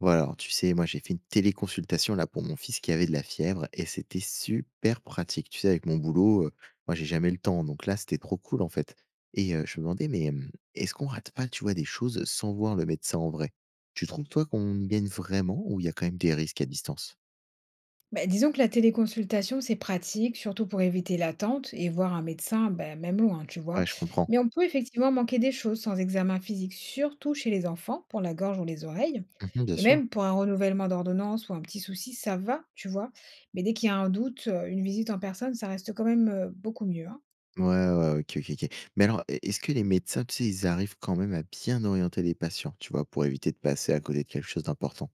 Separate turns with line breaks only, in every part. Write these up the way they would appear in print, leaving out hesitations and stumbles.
Voilà, alors tu sais, moi j'ai fait une téléconsultation là pour mon fils qui avait de la fièvre et c'était super pratique. Tu sais, avec mon boulot, moi j'ai jamais le temps, donc là c'était trop cool en fait. Et je me demandais, mais est-ce qu'on rate pas, tu vois, des choses sans voir le médecin en vrai? Tu trouves toi qu'on y gagne vraiment ou il y a quand même des risques à distance?
Bah, disons que la téléconsultation, c'est pratique, surtout pour éviter l'attente et voir un médecin, bah, même loin, tu
Ouais,
vois.
je
Mais
comprends.
on peut effectivement manquer des choses sans examen physique, surtout chez les enfants, pour la gorge ou les oreilles.
Mhm, bien
Et
sûr.
même pour un renouvellement d'ordonnance ou un petit souci, ça va, tu vois. Mais dès qu'il y a un doute, une visite en personne, ça reste quand même beaucoup mieux, hein.
Ouais, ouais, ok, ok, ok. Mais alors, est-ce que les médecins, tu sais, ils arrivent quand même à bien orienter les patients, tu vois, pour éviter de passer à côté de quelque chose d'important?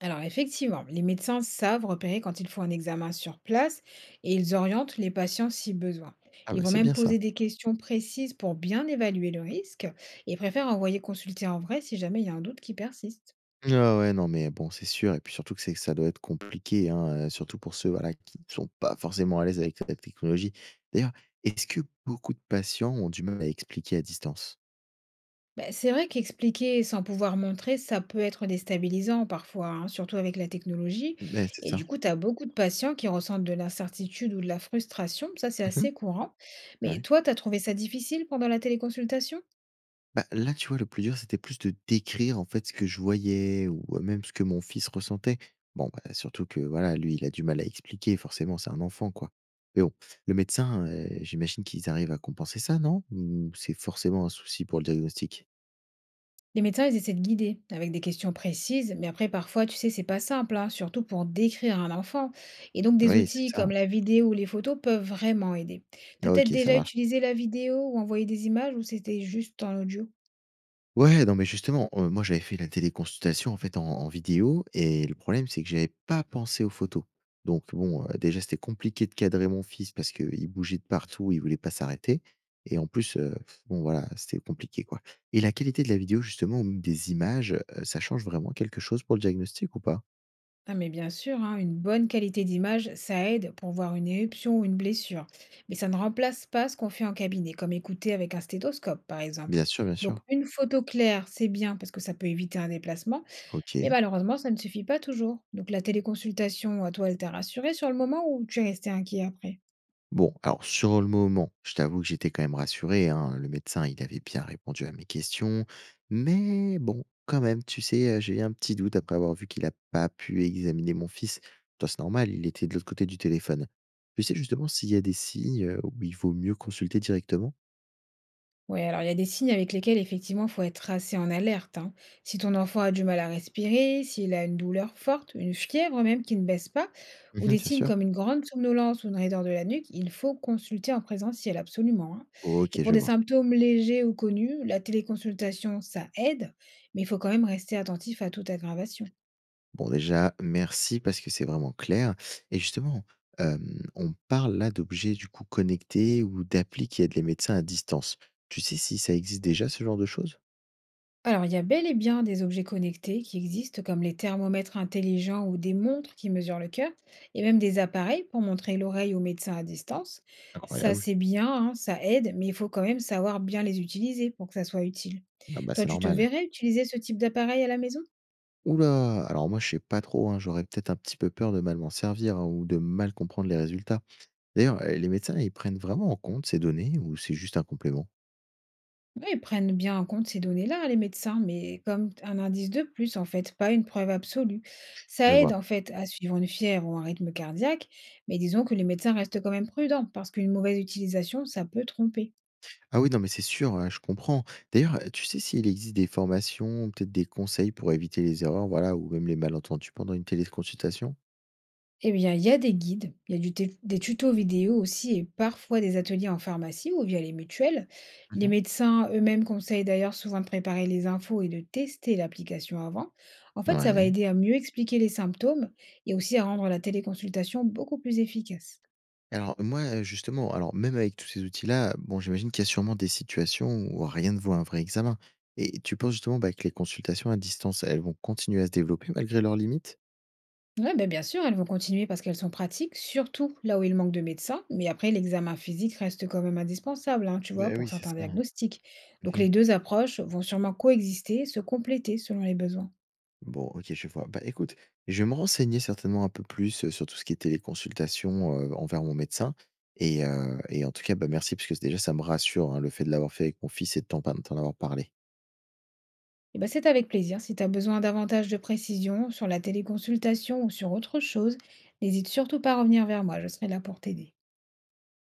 Alors effectivement, les médecins savent repérer quand ils font un examen sur place et ils orientent les patients si besoin.
Ah
Ils
bah
vont
c'est
même
bien ça.
poser des questions précises pour bien évaluer le risque et préfèrent envoyer consulter en vrai si jamais il y a un doute qui persiste.
Ah ouais, non, mais bon, c'est sûr et puis surtout que c'est que ça doit être compliqué, hein, surtout pour ceux, voilà, qui ne sont pas forcément à l'aise avec la technologie. D'ailleurs, est-ce que beaucoup de patients ont du mal à expliquer à distance?
Ben, c'est vrai qu'expliquer sans pouvoir montrer, ça peut être déstabilisant parfois, hein, surtout avec la technologie.
Ben c'est
Et du
ça.
coup, tu as beaucoup de patients qui ressentent de l'incertitude ou de la frustration. Ça, c'est
Mmh.
assez courant. Mais
Ouais.
toi, tu as trouvé ça difficile pendant la téléconsultation?
Bah, là, tu vois, le plus dur, c'était plus de décrire, en fait, ce que je voyais ou même ce que mon fils ressentait. Bon, bah, surtout que, voilà, lui, il a du mal à expliquer, forcément, c'est un enfant, quoi. Mais bon, le médecin, j'imagine qu'ils arrivent à compenser ça, non? Ou c'est forcément un souci pour le diagnostic?
Les médecins, ils essaient de guider avec des questions précises, mais après, parfois, tu sais, c'est pas simple, hein, surtout pour décrire un enfant. Et donc, des
Oui, c'est
outils
ça.
comme la vidéo ou les photos peuvent vraiment aider. T'as
Ah
peut-être
OK, ça
déjà
marche.
utilisé la vidéo ou envoyé des images ou c'était juste en audio?
Ouais, non, mais justement, moi, j'avais fait la téléconsultation, en fait, en vidéo et le problème, c'est que j'avais pas pensé aux photos. Donc bon, déjà, c'était compliqué de cadrer mon fils parce qu'il bougeait de partout, il voulait pas s'arrêter et en plus, bon, voilà, c'était compliqué, quoi, et la qualité de la vidéo, justement, ou même des images, ça change vraiment quelque chose pour le diagnostic ou pas?
Ah, mais bien sûr, hein, une bonne qualité d'image, ça aide pour voir une éruption ou une blessure. Mais ça ne remplace pas ce qu'on fait en cabinet, comme écouter avec un stéthoscope, par exemple.
Bien sûr, bien
Donc,
sûr.
une photo claire, c'est bien parce que ça peut éviter un déplacement. Mais
OK.
malheureusement, ça ne suffit pas toujours. Donc la téléconsultation, toi, elle t'a rassuré sur le moment ou tu es resté inquiet après?
Bon, alors sur le moment, je t'avoue que j'étais quand même rassuré, hein. Le médecin, il avait bien répondu à mes questions. Mais bon, quand même, tu sais, j'ai eu un petit doute après avoir vu qu'il n'a pas pu examiner mon fils. Toi, c'est normal, il était de l'autre côté du téléphone. Tu sais justement s'il y a des signes où il vaut mieux consulter directement.
Oui, alors il y a des signes avec lesquels effectivement il faut être assez en alerte, hein. Si ton enfant a du mal à respirer, s'il a une douleur forte, une fièvre même qui ne baisse pas, ou
Mhm,
des
bien
signes
sûr.
comme une grande somnolence ou une raideur de la nuque, il faut consulter en présentiel absolument, hein. Et
Ok,
pour
je
des
vois.
symptômes légers ou connus, la téléconsultation, ça aide, mais il faut quand même rester attentif à toute aggravation.
Bon, déjà, merci parce que c'est vraiment clair. Et justement, on parle là d'objets, du coup, connectés ou d'applis qui aident les médecins à distance. Tu sais si ça existe déjà ce genre de choses?
Alors, il y a bel et bien des objets connectés qui existent, comme les thermomètres intelligents ou des montres qui mesurent le cœur, et même des appareils pour montrer l'oreille au médecin à distance. Ça,
Incroyable.
c'est bien, hein, ça aide, mais il faut quand même savoir bien les utiliser pour que ça soit utile.
Ah bah,
Toi,
c'est
tu te
normal.
verrais utiliser ce type d'appareil à la maison?
Oula. Alors moi, je sais pas trop, hein, j'aurais peut-être un petit peu peur de mal m'en servir, hein, ou de mal comprendre les résultats. D'ailleurs, les médecins, ils prennent vraiment en compte ces données ou c'est juste un complément?
Oui, ils prennent bien en compte ces données-là, les médecins, mais comme un indice de plus, en fait, pas une preuve absolue.
Je
Ça aide,
vois.
en fait, à suivre une fièvre ou un rythme cardiaque, mais disons que les médecins restent quand même prudents, parce qu'une mauvaise utilisation, ça peut tromper.
Ah oui, non, mais c'est sûr, je comprends. D'ailleurs, tu sais s'il existe des formations, peut-être des conseils pour éviter les erreurs, voilà, ou même les malentendus pendant une téléconsultation?
Eh bien, il y a des guides, il y a des tutos vidéo aussi et parfois des ateliers en pharmacie ou via les mutuelles. Les
Mmh.
médecins eux-mêmes conseillent d'ailleurs souvent de préparer les infos et de tester l'application avant. En fait, ça va
Ouais.
aider à mieux expliquer les symptômes et aussi à rendre la téléconsultation beaucoup plus efficace.
Alors moi, justement, alors même avec tous ces outils-là, bon, j'imagine qu'il y a sûrement des situations où rien ne vaut un vrai examen. Et tu penses justement, bah, que les consultations à distance, elles vont continuer à se développer malgré leurs limites?
Oui, ben bien sûr, elles vont continuer parce qu'elles sont pratiques, surtout là où il manque de médecins. Mais après, l'examen physique reste quand même indispensable, hein, tu vois,
Ben
pour
oui, c'est
certains
ça.
diagnostics. Donc
Mmh.
les deux approches vont sûrement coexister, se compléter selon les besoins.
Bon, OK, je vois. Bah, écoute, je vais me renseigner certainement un peu plus, sur tout ce qui est téléconsultation, envers mon médecin et en tout cas, bah, merci parce que déjà ça me rassure, hein, le fait de l'avoir fait avec mon fils et de t'en par de t'en avoir parlé.
Eh ben, c'est avec plaisir. Si tu as besoin davantage de précisions sur la téléconsultation ou sur autre chose, n'hésite surtout pas à revenir vers moi, je serai là pour t'aider.